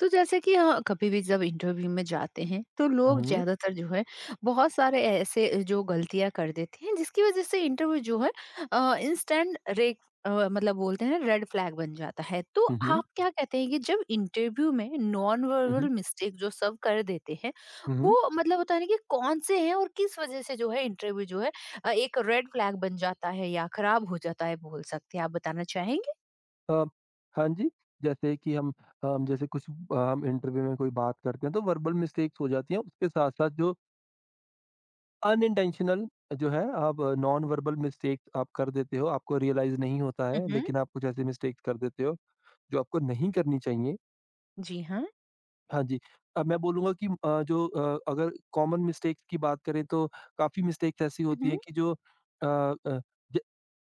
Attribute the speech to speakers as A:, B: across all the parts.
A: तो जैसे कि हाँ, कभी भी जब इंटरव्यू में जाते हैं तो
B: हाँ,
A: लोग
B: हाँ।
A: ज्यादातर जो है बहुत सारे ऐसे जो गलतियां कर देते हैं, जिसकी वजह से इंटरव्यू जो है इंस्टेंट रेड, मतलब बोलते हैं रेड फ्लैग बन जाता है। तो
B: हुँ,
A: आप
B: हुँ।
A: क्या कहते हैं कि जब इंटरव्यू में non
B: hmm,
A: verbal
B: hmm.
A: Mistake जो सब कर देते हैं,
B: हुँ, हुँ।
A: वो मतलब होता है ना कि कौन से हैं और किस वजह से जो है इंटरव्यू जो है एक रेड फ्लैग बन जाता है या खराब हो जाता है, बोल सकते हैं? आप बताना चाहेंगे?
B: अ, हाँ जी, जैसे कि हम जैसे कुछ हम इंटरव्यू में कोई बात करते हैं तो वर्बल मिस्टेक्स हो जाती हैं, उसके साथ-साथ जो अनइंटेंशनल जो है आप नॉन वर्बल मिस्टेक्स आप कर देते हो, आपको रियलाइज़ नहीं होता है,
A: हम्म।
B: लेकिन आप कुछ ऐसे मिस्टेक्स कर देते हो, जो आपको नहीं करनी चाहिए।
A: जी हाँ।
B: हाँ जी। मैं बोलूँगा कि अगर कॉमन मिस्टेक्स की बात करें तो काफ़ी मिस्टेक्स ऐसी होती
A: हम्म।
B: हैं कि जो अ अ, ज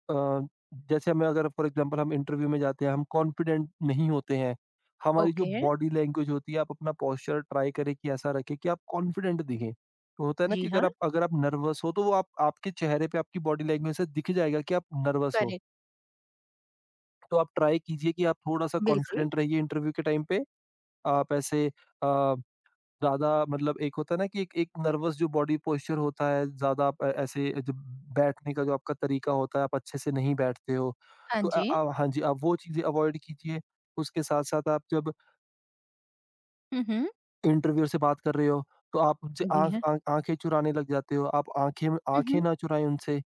B: अ, जैसे हमें अगर फॉर एग्ज़ाम्पल हम इंटरव्यू में जाते हैं, हम कॉन्फिडेंट नहीं होते हैं। हमारी जो
A: ओके।
B: बॉडी लैंग्वेज होती है, आप अपना पोस्चर ट्राई करें कि ऐसा रखें कि आप कॉन्फिडेंट दिखें। तो होता है ना
A: जी
B: कि अगर
A: हाँ।
B: आप अगर आप नर्वस हो तो वो आप आपके चेहरे पे आपकी बॉडी लैंग्वेज से दिख जाएगा कि आप नर्वस हो। तो आप ट्राई कीजिए कि आप थोड़ा-सा
A: बिल्कुल।
B: कॉन्फिडेंट रहिए इंटरव्यू के टाइम पे। आप ऐसे अ ज़्यादा मतलब एक होता है ना कि एक एक नर्वस जो बॉडी पोस्चर होता है, ज़्यादा आप ऐसे जो बैठने का जो आपका तरीका होता है, आप अच्छे से नहीं बैठते हो।
A: हाँ जी।
B: हाँ जी, आप वो चीज़ें अवॉइड कीजिए। उसके साथ-साथ आप जब
A: हुँ, हुँ।
B: इंटरव्यूअर से बात कर रहे हो, तो आप उनसे
A: जी
B: आँख
A: हाँ।
B: आँख आँखें चुराने लग जाते हो। आप आँखें
A: हुँ,
B: आँखें
A: हुँ।
B: ना चुराएँ उनसे।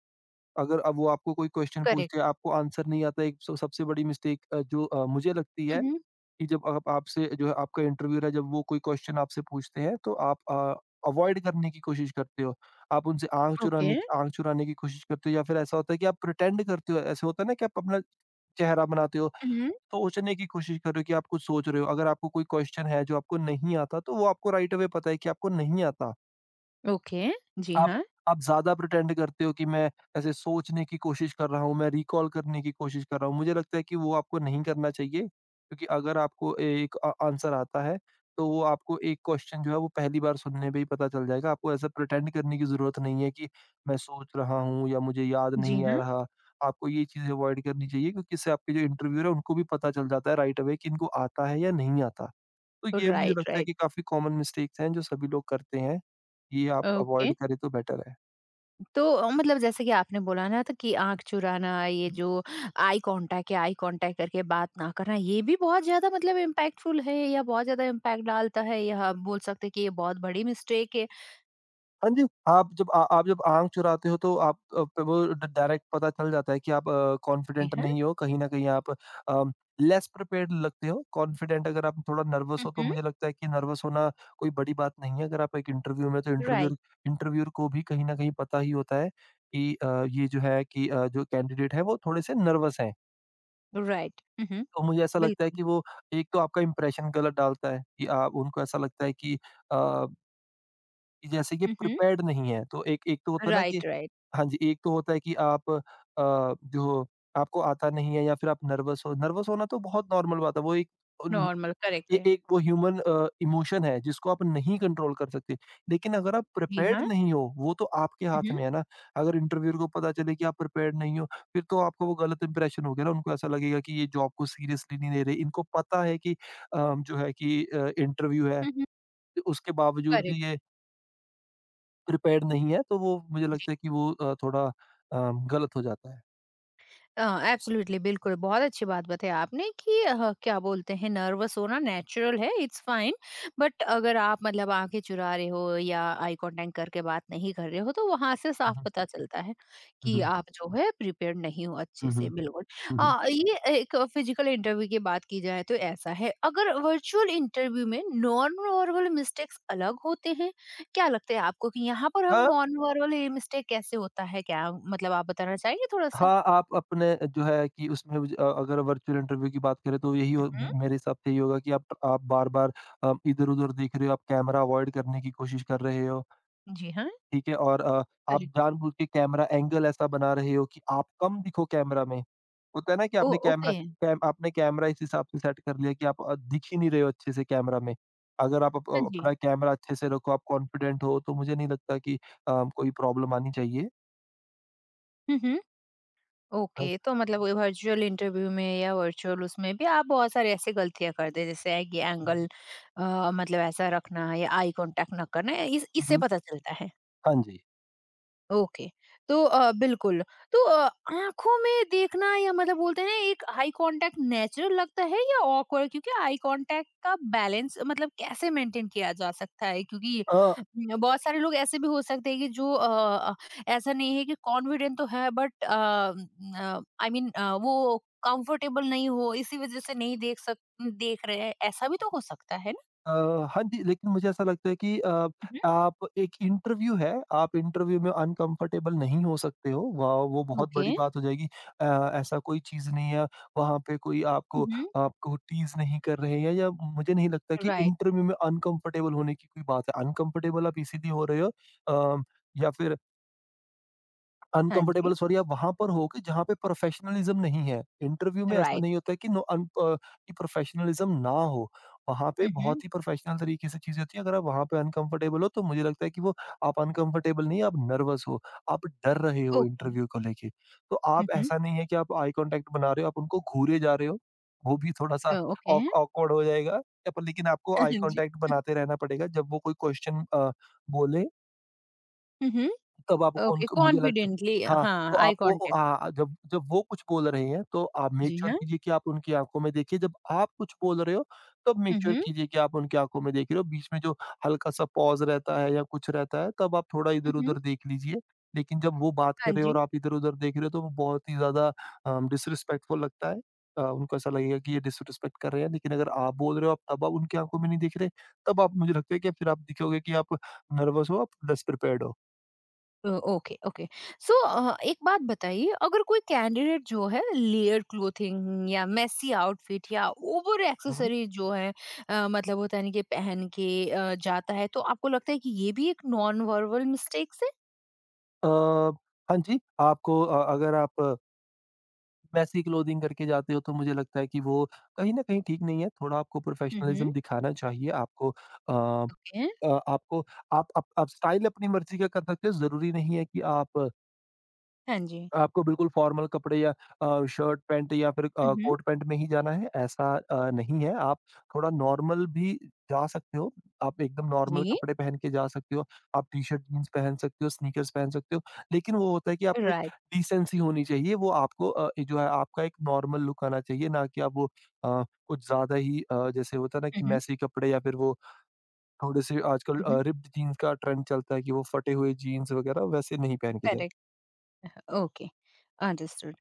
B: अगर अब वो आपको कोई क्वेश्चन पूछते हैं,
A: करेक्ट।
B: आपको आंसर नहीं आता, एक स सबसे बड़ी मिस्टेक मुझे लगती
A: हुँ,
B: है
A: हुँ।
B: कि जब आप आपसे जो है आपका इंटरव्यूअर है, जब वो कोई क्वेश्चन आपसे पूछते हैं तो आप अवॉइड करने की कोशिश करते हो? आप उनसे आँख
A: ओके।
B: चुराने आँख चुराने की कोशिश करते हो या फिर ऐसा होता है कि आप प्रिटेंड करते हो? ऐसे होता है ना कि आप अपना चेहरा बनाते हो,
A: हुँ।
B: तो सोचने की कोशिश कर रहे हो कि आप कुछ सोच रहे हो। अगर आपको कोई क्वेश्चन है जो आपको नहीं आता, तो वो आपको राइट अवे पता है कि आपको नहीं आता।
A: ओके। जी
B: आप
A: हाँ।
B: आप ज़्यादा प्रिटेंड करते हो कि मैं ऐसे सोचने की कोशिश कर रहा हूँ, मैं रिकॉल करने की कोशिश कर रहा हूँ। मुझे लगता है कि वो आपको नहीं करना चाहिए, क्योंकि अगर आपको एक आंसर आता है, तो वो आपको एक क्वेश्चन जो है वो पहली बार सुनने पे ही पता चल जाएगा। आपको ऐसा प्रिटेंड करने की ज़रूरत नहीं है कि मैं सोच रहा हूँ या मुझे याद
A: जी
B: नहीं आ
A: हाँ।
B: रहा। आपको ये चीज़ें अवॉइड करनी चाहिए क्योंकि इससे आपके जो इंटरव्यूअर है उनको भी पता चल जाता है राइट अवे कि इनको आता है या नहीं आता। तो ये मुझे
A: राइट,
B: लगता है
A: राइट।
B: कि काफ़ी कॉमन मिस्टेक्स हैं जो सभी लोग करते हैं। ये आप
A: ओके।
B: अवॉइड करें तो बेटर है।
A: तो मतलब जैसे कि आपने बोला ना तो कि आँख चुराना, ये जो आई कॉन्टैक्ट या आई कॉन्टैक्ट करके बात ना करना, ये भी बहुत ज़्यादा मतलब इम्पैक्टफुल है या बहुत ज़्यादा इम्पैक्ट डालता है, या आप बोल सकते हैं कि ये बहुत बड़ी मिस्टेक है?
B: हाँ जी, आप जब आँख चुराते हो तो आप अ, प वो ड डायरेक्ट पता चल जाता है कि आप
A: जी
B: कॉन्फिडेंट
A: हाँ।
B: नहीं हो, कहीं न कहीं आप अ, लेस प्रिपेयर्ड लगते हो। कॉन्फिडेंट अगर आप थोड़ा नर्वस
A: हुँ,
B: हो तो
A: हुँ।
B: मुझे लगता है कि नर्वस होना कोई बड़ी बात नहीं है। अगर आप एक इंटरव्यू में तो
A: राइट,
B: इंटरव्यूअर इंटरव्यूअर को भी कहीं न कहीं पता ही होता है कि ये जो है कि जो कैंडिडेट है वो थोड़े से नर्वस हैं।
A: राइट। हुँ, हुँ।
B: तो मुझे ऐसा लगता है
A: बिल्कुल।
B: कि वो एक तो आपका इंप्रेशन गलत डालता है कि आप उनको ऐसा लगता है कि कि जैसे ये
A: हुँ, हुँ।
B: प्रिपेयर्ड नहीं है। तो एक एक तो होता है ना कि
A: राइट, राइट।
B: हाँ जी, एक तो होता है कि आप जो आपको आता नहीं है या फिर आप नर्वस हो। नर्वस होना तो बहुत नॉर्मल बात है। वो एक
A: नॉर्मल, करेक्ट
B: ए
A: है।
B: एक वो ह्यूमन इमोशन है जिसको आप नहीं कंट्रोल कर सकते। लेकिन अगर आप
A: जी
B: प्रिपेयर्ड
A: हाँ।
B: नहीं हो, वो तो आपके
A: हुँ,
B: हाथ
A: हुँ।
B: में है ना। अगर इंटरव्यूअर को पता चले कि आप प्रिपेयर्ड नहीं हो, फिर तो आपको वो गलत इंप्रेशन हो गया ना। उनको ऐसा लगेगा कि ये जॉब को सीरियसली नहीं ले रहे। इनको पता है कि जो है कि इंटरव्यू है,
A: हुँ, हुँ।
B: उसके बावजूद
A: Correct.
B: भी ये प्रिपेयर्ड नहीं है, तो वो मुझे लगता है कि वो थोड़ा गलत हो जाता है।
A: अ, एब्सोल्युटली बिल्कुल, बहुत अच्छी बात बताई आपने कि क्या बोलते हैं, नर्वस होना नेचुरल है, इट्स फाइन, बट अगर आप मतलब आँखें चुरा रहे हो या आई कॉन्टैक्ट करके बात नहीं कर रहे हो, तो वहाँ से
B: हुँ,
A: साफ
B: हुँ।
A: पता चलता है
B: हुँ,
A: कि
B: हुँ।
A: आप जो है प्रिपेयर्ड नहीं हो अच्छे
B: हुँ, हुँ।
A: से, बिल्कुल।
B: हुँ, हुँ।
A: ये एक फिजिकल इंटरव्यू की बात की जाए तो ऐसा है, अगर वर्चुअल इंटरव्यू में नॉन वर्बल मिस्टेक्स अलग होते हैं, क्या लगता है आपको कि यहाँ पर हम
B: हाँ।
A: नॉन वर्बल ये मिस्टेक कैसे होता है? क्या मतलब आप बताना चाहेंगे थोड़ा-सा?
B: हाँ, आप अपने जो है कि उसमें अगर वर्चुअल इंटरव्यू की बात करें तो यही
A: हुँ,
B: हो
A: हुँ।
B: मेरे हिसाब से यही होगा कि आप बार-बार इधर-उधर देख रहे हो, आप कैमरा अवॉइड करने की कोशिश कर रहे हो,
A: जी हाँ।
B: ठीक है? और आप
A: करेक्ट।
B: जानबूझ के कैमरा एंगल ऐसा बना रहे हो कि आप कम दिखो कैमरा में। होता है ना कि
A: ओह! ओके।
B: आपने कैमरा इस हिसाब से सेट कर लिया कि आप दिख ही नहीं रहे हो अच्छे से कैमरा में। अगर
A: हाँ जी।
B: अपना कैमरा अच्छे से रखो, आप कॉन्फिडेंट हो, तो मुझे नहीं लगता कि कोई प्रॉब्लम आनी चाहिए।
A: हुँ, हुँ।
B: ह
A: ओके, तो मतलब ये वर्चुअल इंटरव्यू में या वर्चुअल उसमें भी आप बहुत सारी ऐसी गलतियाँ करते हैं, जैसे है कि एंगल मतलब ऐसा रखना या आई कॉन्टैक्ट ना करना, इस
B: हुँ,
A: इससे
B: हुँ।
A: पता चलता है।
B: हाँ जी।
A: ओके, तो बिल्कुल। तो आँखों में देखना या मतलब बोलते हैं ना, एक आई कांटेक्ट नेचुरल लगता है या ऑकवर्ड? क्योंकि आई कांटेक्ट का बैलेंस मतलब कैसे मेंटेन किया जा सकता है, क्योंकि
B: अ
A: न, बहुत सारे लोग ऐसे भी हो सकते हैं कि जो ऐसा नहीं है कि कॉन्फिडेंट तो है, बट आई मीन, वो कंफर्टेबल नहीं हो, इसी वजह से नहीं देख रहे हैं, ऐसा भी तो हो सकता है ना?
B: अ, हाँ जी, लेकिन मुझे ऐसा लगता है कि
A: मम्हम।
B: आप एक इंटरव्यू है, आप इंटरव्यू में अनकम्फर्टेबल नहीं हो सकते हो, व वो बहुत
A: ओके।
B: बड़ी बात हो जाएगी। अ, ऐसा कोई चीज़ नहीं है, वहाँ पे कोई आपको
A: मम्हम।
B: आपको टीज़ नहीं कर रहे हैं या मुझे नहीं लगता कि
A: राइट।
B: इंटरव्यू में अनकम्फर्टेबल होने की कोई बात है। अनकम्फर्टेबल आप इसीलिए हो रहे हो अ, या फिर
A: हाँ जी।
B: अनकंफर्टेबल सॉरी आप वहाँ पर हो कि जहाँ पे प्रोफेशनलिज्म नहीं है। इंटरव्यू में ऐसा
A: राइट।
B: नहीं होता है कि कि प्रोफेशनलिज्म ना हो। वहाँ पे
A: मम्हम।
B: बहुत ही प्रोफेशनल तरीके से चीज़ें होती हैं। अगर आप वहाँ पे अनकंफर्टेबल हो तो मुझे लगता है कि वो आप अनकंफर्टेबल नहीं, आप नर्वस हो, आप डर रहे हो
A: ओके।
B: इंटरव्यू को लेके। तो आप ऐसा नहीं है कि आप आई कॉन्टैक्ट बना रहे हो, आप उनको घूरे जा रहे हो, वो भी थोड़ा-सा
A: ओके।
B: ऑक ऑकवर्ड हो जाएगा। या पर लेकिन आपको आई
A: जी।
B: कॉन्टैक्ट बनाते रहना पड़ेगा जब वो कोई क्वेश्चन बोले
A: हुँ, हुँ।
B: तब आपको
A: ओके,
B: उनको मुझे लगता है
A: कॉन्फिडेंटली
B: हाँ,
A: हाँ,
B: तो
A: आई
B: आपको अ,
A: कॉन्टैक्ट।
B: आ जब जब वो कुछ बोल रहे हैं, तो आप मेक
A: जी,
B: श्योर
A: हाँ।
B: कीजिए कि आप उनकी आँखों में देखिए, जब आप कुछ बोल रहे हो, तब मेक
A: हुँ,
B: श्योर
A: हुँ।
B: कीजिए कि आप उनकी आँखों में देख रहे हो, बीच में जो हल्का-सा पॉज़ रहता है या कुछ रहता है, तब आप थोड़ा
A: हुँ, हुँ।
B: इधर-उधर देख लीजिए। लेकिन जब वो बात
A: हाँ
B: कर रहे हो
A: जी।
B: और आप इधर-उधर देख रहे हो, तो वो बहुत ही ज़्यादा डिसरिस्पेक्टफुल लगता है। उनको ऐसा लगेगा कि ये डिसरिस्पेक्ट कर रहे हैं, लेकिन अगर आप बोल रहे हो, आप उनकी आँखों में नहीं देख रहे, तब आप मुझे लगता है कि फिर आप दिखोगे कि आप नर्वस हो, आप डिसप्रिपेयर्ड हो।
A: Okay, okay. सो एक बात बताइए, अगर कोई कैंडिडेट जो है लेयर्ड क्लोथिंग या मेसी आउटफिट या ओवर
B: हुँ।
A: एक्सेसरीज जो है मतलब होता है ना कि पहन के जाता है, तो आपको लगता है कि ये भी एक नॉन वर्बल मिस्टेक्स है?
B: अ, हाँ जी, आपको अगर आप मैसी क्लोथिंग करके जाते हो तो मुझे लगता है कि वो कहीं न कहीं ठीक नहीं है, थोड़ा आपको
A: हुँ, हुँ।
B: प्रोफ़ेशनलिज़्म दिखाना चाहिए, आपको अ
A: ओके।
B: अ, आपको आप स्टाइल अपनी मर्ज़ी का कर सकते हो, ज़रूरी नहीं है कि आप
A: हाँ जी।
B: आपको बिल्कुल फॉर्मल कपड़े या शर्ट पैंट या फिर
A: हुँ, हुँ।
B: कोट पैंट में ही जाना है, ऐसा नहीं है। आप थोड़ा नॉर्मल भी जा सकते हो। आप एकदम नॉर्मल
A: जी।
B: कपड़े पहन के जा सकते हो। आप टी-शर्ट, जीन्स पहन सकते हो, स्नीकर्स पहन सकते हो। लेकिन वो होता है कि आपको एक
A: राइट।
B: डिसेंसी होनी चाहिए। वो आपको ये जो है आपका एक नॉर्मल लुक आना चाहिए, ना कि आप वो अ, कुछ ज़्यादा ही जैसे होता है ना
A: हुँ,
B: कि
A: हुँ।
B: मैसी कपड़े या फिर वो थोड़े से आजकल
A: हुँ, हुँ।
B: रिप्ड जीन्स का ट्रेंड चलता है कि वो फटे हुए जीन्स वगैरह वैसे नहीं पहन के जाएँ।
A: करेक्ट। ओके। अंडरस्टूड।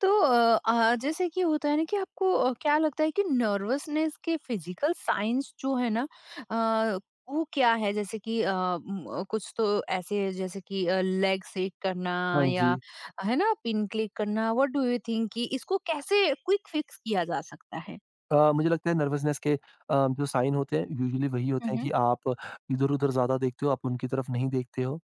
A: तो जैसे कि होता है ना कि आपको क्या लगता है कि नर्वसनेस के फिजिकल साइंस जो है ना, अ, वो क्या है? जैसे कि कुछ तो ऐसे, जैसे कि लेग शेक करना
B: हाँ
A: या
B: जी।
A: है ना पिन क्लिक करना, व्हाट डू यू थिंक कि इसको कैसे क्विक फिक्स किया जा सकता है?
B: मुझे लगता है नर्वसनेस के जो साइन होते हैं यूजुअली वही होते हैं
A: हम्म।
B: कि आप इधर-उधर ज़्यादा देखते हो, आप उनकी तरफ नहीं देखते हो।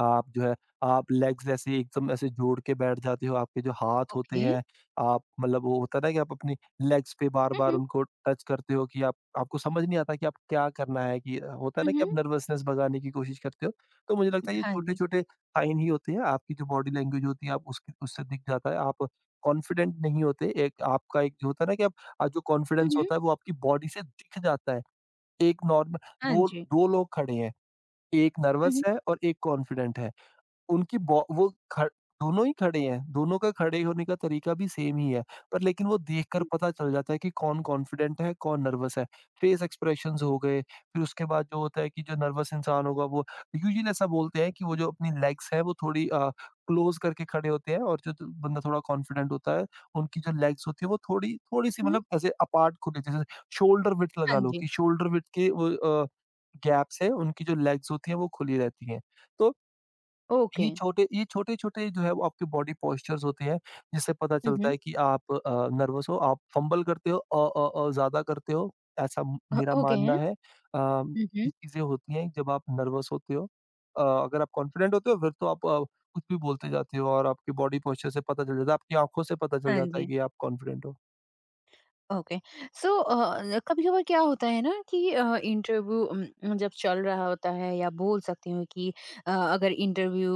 B: आप जो है आप लेग्स ऐसे एकदम ऐसे जोड़ के बैठ जाते हो, आपके जो हाथ होते
A: ओके।
B: हैं, आप मतलब वो होता है ना कि आप अपनी लेग्स पे बार-बार
A: हम्म।
B: उनको टच करते हो कि आप आपको समझ नहीं आता कि आप क्या करना है कि होता है ना कि
A: हम्म।
B: आप नर्वसनेस भगाने की कोशिश करते हो। तो मुझे लगता है ये
A: हाँ जी।
B: छोटे-छोटे साइन ही होते हैं, आपकी जो बॉडी लैंग्वेज होती है आप उसकी उससे दिख जाता है, आप कॉन्फिडेंट नहीं होते, एक आपका एक जो होता है ना कि आप जो कॉन्फिडेंस
A: हम्म।
B: होता है वो आपकी बॉडी से दिख जाता है। एक नॉर्मल
A: हाँ
B: 2
A: जी।
B: 2 लोग खड़े हैं, 1 नर्वस
A: हम्म।
B: है और 1 कॉन्फिडेंट है। उनकी बॉ वो ख दोनों ही खड़े हैं, दोनों का खड़े होने का तरीका भी सेम ही है, पर लेकिन वो देखकर पता चल जाता है कि कौन कॉन्फिडेंट है, कौन नर्वस है। फेस एक्सप्रेशंस हो गए, फिर उसके बाद जो होता है कि जो नर्वस इंसान होगा वो यूजुअली ऐसा बोलते हैं कि वो जो अपनी लेग्स हैं वो थोड़ी क्लोज़ करके खड़े होते हैं और जो द बंदा थोड़ा कॉन्फिडेंट होता है, उनकी जो लेग्स होती है वो थोड़ी-सी
A: हम्म।
B: मतलब ऐसे अपार्ट खुली जैसे शोल्डर विड्थ
A: हाँ
B: लगा लो
A: जी।
B: कि शोल्डर विड्थ के वो अ, गैप्स हैं, उनकी जो लेग्स होती हैं वो खुली रहती हैं। तो
A: ओके।
B: ये छोटे-छोटे जो है वो आपके बॉडी पोस्चर्स होते हैं, जिससे पता चलता
A: हम्म।
B: है कि आप नर्वस हो, आप फंबल करते हो, ज़्यादा करते हो, ऐसा म मेरा
A: ओके।
B: मानना है। ये
A: हम्म।
B: चीज़ें होती हैं जब आप नर्वस होते हो। अगर आप कॉन्फिडेंट होते हो फिर तो आप कुछ भी बोलते जाते हो और आपके बॉडी पोस्चर से पता चल जाता है, आपकी आँखों से पता चल
A: हाँ
B: जाता है
A: जी।
B: कि आप कॉन्फिडेंट हो।
A: ओके। सो कभी कभार क्या होता है ना कि इंटरव्यू जब चल रहा होता है, या बोल सकती हूँ कि अगर इंटरव्यू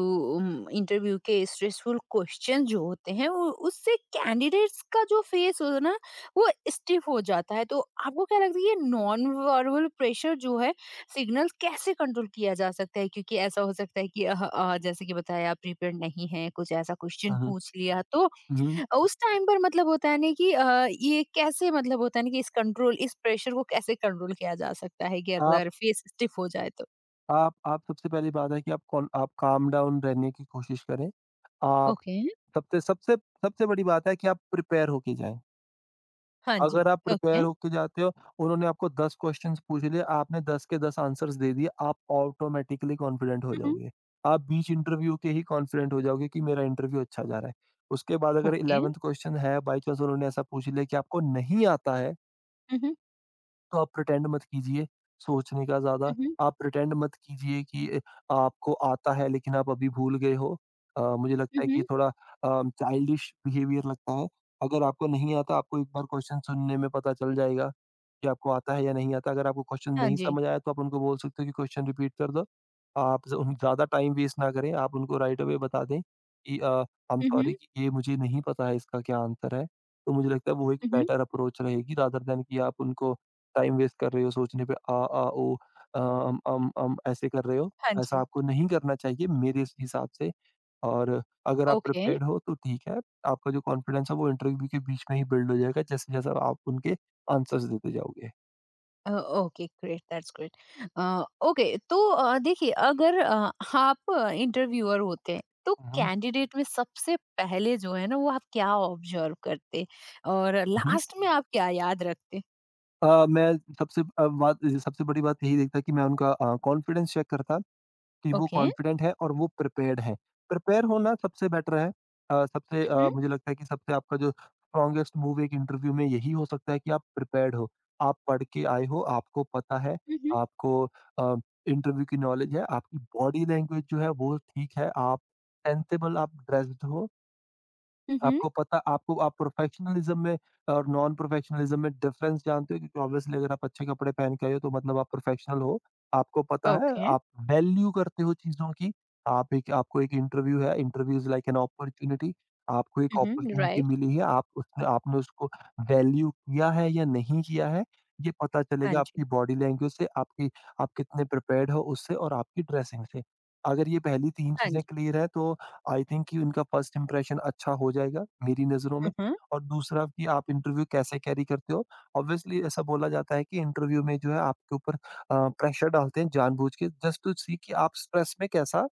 A: इंटरव्यू के स्ट्रेसफुल क्वेश्चन जो होते हैं, वो उससे कैंडिडेट्स का जो फेस हो ना, वो स्टिफ हो जाता है, तो आपको क्या लगता है ये नॉन वर्बल प्रेशर जो है सिग्नल कैसे कंट्रोल किया जा सकता है? क्योंकि ऐसा हो सकता है कि जैसे कि बताया, प्रिपेयर नहीं है, कुछ ऐसा क्वेश्चन
B: हुँ,
A: पूछ लिया तो
B: हुँ।
A: उस टाइम पर मतलब होता है ना कि ये कैसे, मतलब होता है ना कि इस प्रेशर को कैसे कंट्रोल किया जा सकता है कि
B: आप
A: अगर फेस स्टिफ हो जाए तो?
B: आप सबसे पहली बात है कि आप काम डाउन रहने की कोशिश करें। आप
A: ओके।
B: सबसे सबसे सबसे बड़ी बात है कि आप प्रिपेयर होके जाएँ।
A: हाँ जी।
B: अगर आप
A: ओके।
B: प्रिपेयर
A: हुँ,
B: होके जाते हो, उन्होंने आपको 10 क्वेश्चन्स पूछ लिए, आपने 10 के 10 आंसर्स दे दिए, आप ऑटोमैटिकली कॉन्फिडेंट हो
A: हुँ।
B: जाओगे। आप बीच इंटरव्यू के ही कॉन्फिडेंट हो जाओगे कि मेरा इंटरव्यू अच्छा जा रहा है। उसके बाद अगर
A: ओके।
B: 11th क्वेश्चन है, बाय चांस उन्होंने ऐसा पूछ लिया कि आपको नहीं आता है
A: हुँ, हुँ।
B: तो आप प्रिटेंड मत कीजिए सोचने का ज़्यादा।
A: हुँ,
B: आप प्रिटेंड मत कीजिए कि आपको आता है लेकिन आप अभी भूल गए हो। मुझे लगता है कि
A: हुँ।
B: ये थोड़ा अ, चाइल्डिश बिहेवियर लगता है। अगर आपको नहीं आता आपको एक बार क्वेश्चन सुनने में पता चल जाएगा कि आपको आता है या नहीं आता। अगर आपको क्वेश्चन
A: हाँ
B: नहीं
A: जी।
B: समझ आया तो आप उनको बोल सकते हो कि क्वेश्चन रिपीट कर दो। आप ज उन ज़्यादा टाइम वेस्ट ना करें, आप उनको राइट अवे बता दें कि आई एम
A: हुँ,
B: सॉरी
A: हुँ।
B: कि ये मुझे नहीं पता है इसका क्या आंसर है। तो मुझे लगता है वो एक
A: हुँ।
B: बेटर अप्रोच रहेगी रादर देन कि आप उनको टाइम वेस्ट कर रहे हो सोचने पे आ, आ, ओ, अ, अम, अम, अम ऐसे कर रहे हो।
A: हाँ
B: ऐसा
A: जी।
B: आपको नहीं करना चाहिए मेरे इस हिसाब से और अगर आप
A: ओके।
B: प्रिपेयर्ड हो तो ठीक है, आपका जो कॉन्फिडेंस है वो इंटरव्यू के बीच में ही बिल्ड हो जाएगा जैसे-जैसे आप उनके आंसर्स देते जाओगे।
A: Okay, great, that's great. Okay, तो देखिए, अगर आप इंटरव्यूअर होते हैं, तो
B: हुँ, हुँ,
A: कैंडिडेट में सबसे पहले जो है ना, वो आप क्या ऑब्जर्व करते? और
B: हुँ, हुँ।
A: लास्ट में आप क्या याद रखते?
B: मैं सबसे बड़ी बात यही देखता कि मैं उनका कॉन्फिडेंस चेक करता। कि वो
A: ओके।
B: कॉन्फिडेंट है और वो प्रिपेयर्ड है। प्रिपेयर होना सबसे बेटर है।
A: हुँ, हुँ।
B: मुझे लगता है कि सबसे आपका जो स्ट्रॉन्गेस्ट मूव एक इंटरव्यू में यही हो सकता है कि आप प्रिपेयर्ड हो। आप पढ़ के आए हो, आपको पता है,
A: हुँ, हुँ।
B: आपको अ, इंटरव्यू की नॉलेज है, आपकी बॉडी लैंग्वेज जो है वो ठीक है, आप सेंसेबल आप ड्रेस्ड हो।
A: हुँ, हुँ।
B: आपको पता आपको आप प्रोफेशनलिज्म में और नॉन प्रोफेशनलिज्म में डिफरेंस जानते हो क्योंकि ऑब्वियसली अगर आप अच्छे कपड़े पहन के आए हो तो मतलब आप प्रोफेशनल हो। आपको पता है
A: ओके।
B: आप वैल्यू करते हो चीज़ों की। आप एक आपको एक इंटरव्यू है, interview is like an opportunity. आपको एक
A: हुँ, हुँ,
B: अपॉर्च्युनिटी
A: राइट।
B: मिली है, आप उसने आपने उसको वैल्यू किया है या नहीं किया है, ये पता
A: हाँ
B: चलेगा
A: जी,
B: आपकी बॉडी लैंग्वेज से, आपकी आप कितने प्रिपेयर्ड हो उससे और आपकी ड्रेसिंग से। अगर ये पहली 3
A: हाँ
B: चीज़ें
A: जी।
B: क्लियर है तो आई थिंक कि उनका फर्स्ट इंप्रेशन अच्छा हो जाएगा मेरी नज़रों
A: हुँ,
B: में।
A: हुँ।
B: और दूसरा कि आप इंटरव्यू कैसे कैरी करते हो? ऑब्वियसली ऐसा बोला जाता है कि इंटरव्यू में जो है आपके ऊपर प्रेशर डालते हैं जानबूझ के जस्ट टू सी कि आप स्ट्रेस में कैसा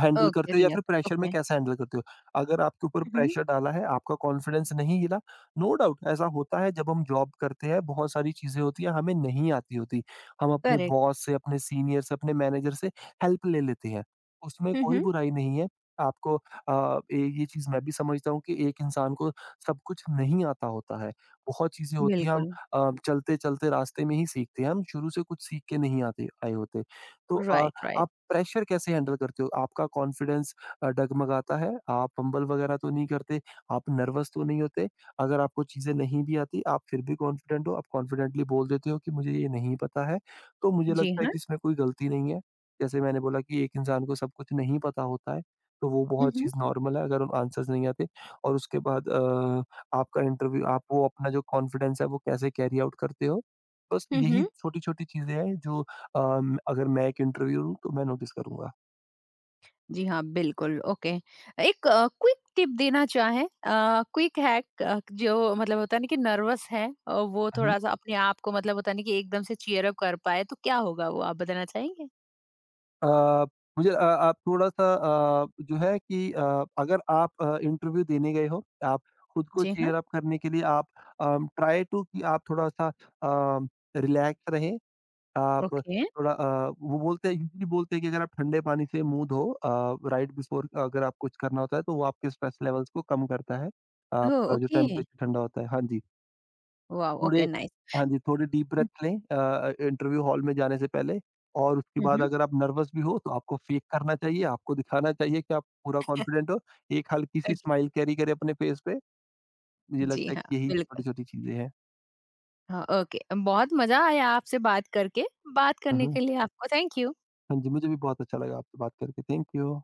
B: हैंडल
A: ओके,
B: करते हो या फिर
A: रिएक्ट
B: प्रेशर में
A: ओके।
B: कैसे हैंडल करते हो? अगर आपके ऊपर
A: हुँ, हुँ।
B: प्रेशर डाला है, आपका कॉन्फिडेंस नहीं हिला, नो डाउट ऐसा होता है जब हम जॉब करते हैं, बहुत सारी चीज़ें होती हैं हमें नहीं आती होती। हम अपने
A: करेक्ट।
B: बॉस से, अपने सीनियर से, अपने मैनेजर से हेल्प ले लेते हैं, उसमें
A: हुँ,
B: कोई
A: हुँ।
B: बुराई नहीं है। आपको ये चीज़ मैं भी समझता हूँ कि एक इंसान को सब कुछ नहीं आता होता है। बहुत चीज़ें होती हैं हम
A: बिल्कुल।
B: चलते-चलते रास्ते में ही सीखते हैं, हम शुरू से कुछ सीख के नहीं आते आए होते। तो
A: राइट, राइट।
B: आप प्रेशर कैसे हैंडल करते हो? आपका कॉन्फिडेंस डगमगाता है? आप हम्बल वगैरह तो नहीं करते? आप नर्वस तो नहीं होते? अगर आपको चीज़ें नहीं भी आती, आप फिर भी कॉन्फिडेंट हो, आप कॉन्फिडेंटली बोल देते हो कि मुझे ये नहीं पता है, तो मुझे
A: जी
B: लगता है
A: हाँ।
B: कि इसमें कोई गलती नहीं है। जैसे मैंने बोला कि एक इंसान को सब कुछ नहीं पता होता है, तो वो
A: हुँ,
B: बहुत
A: हुँ।
B: चीज़ नॉर्मल है अगर उन आंसर्स नहीं आते और उसके बाद आपका इंटरव्यू आप वो अपना जो कॉन्फिडेंस है, वो कैसे कैरी आउट करते हो? बस
A: हुँ,
B: यही
A: हुँ।
B: छोटी-छोटी चीज़ें हैं जो अ, अगर मैं एक इंटरव्यू लूँ, तो मैं नोटिस करूँगा।
A: जी हाँ, बिल्कुल, ओके। एक क्विक टिप देना चाहें, क्विक हैक, जो मतलब होता है ना कि नर्वस है, वो
B: है ना?
A: थोड़ा-सा अपने आप को, मतलब होता है ना कि एकदम से चीयर अप कर पाए, तो क्या होगा, वो आप बताना चाहेंगे?
B: अ, आप थोड़ा-सा अ, जो है कि अ, अगर आप इंटरव्यू देने गए हो, आप खुद को
A: जी हाँ,
B: चीयर अप करने के लिए आप ट्राई टू कि आप थोड़ा-सा रिलैक्स रहें। आप
A: ओके।
B: थोड़ा वो बोलते हैं यूजुअली बोलते हैं कि अगर आप ठंडे पानी से मुँह धो राइट बिफोर अगर आप कुछ करना होता है, तो वो आपके स्ट्रेस लेवल्स को कम करता है।
A: ओह!
B: आपका जो
A: ओके।
B: टेम्परेचर ठंडा होता है। हाँ जी।
A: वॉव!
B: थोड़े
A: ओके, नाइस।
B: हाँ जी, थोड़े डीप
A: हुँ,
B: ब्रेथ लें इंटरव्यू हॉल में जाने से पहले और उसके बाद
A: हुँ,
B: अगर आप नर्वस भी हो तो आपको फेक करना चाहिए, आपको दिखाना चाहिए कि आप पूरा कॉन्फिडेंट हो। एक हल्की-सी
A: हुँ।
B: स्माइल कैरी करें अपने फेस पे, मुझे
A: जी
B: लगता है
A: हाँ,
B: कि यही
A: बिल्कुल।
B: छोटी-छोटी चीज़ें हैं।
A: हाँ, ओके। बहुत मज़ा आया आपसे बात करके। बात
B: हुँ,
A: करने
B: हुँ।
A: के लिए आपको थैंक यू।
B: हाँ जी, मुझे भी बहुत अच्छा लगा आपसे बात करके। Thank you.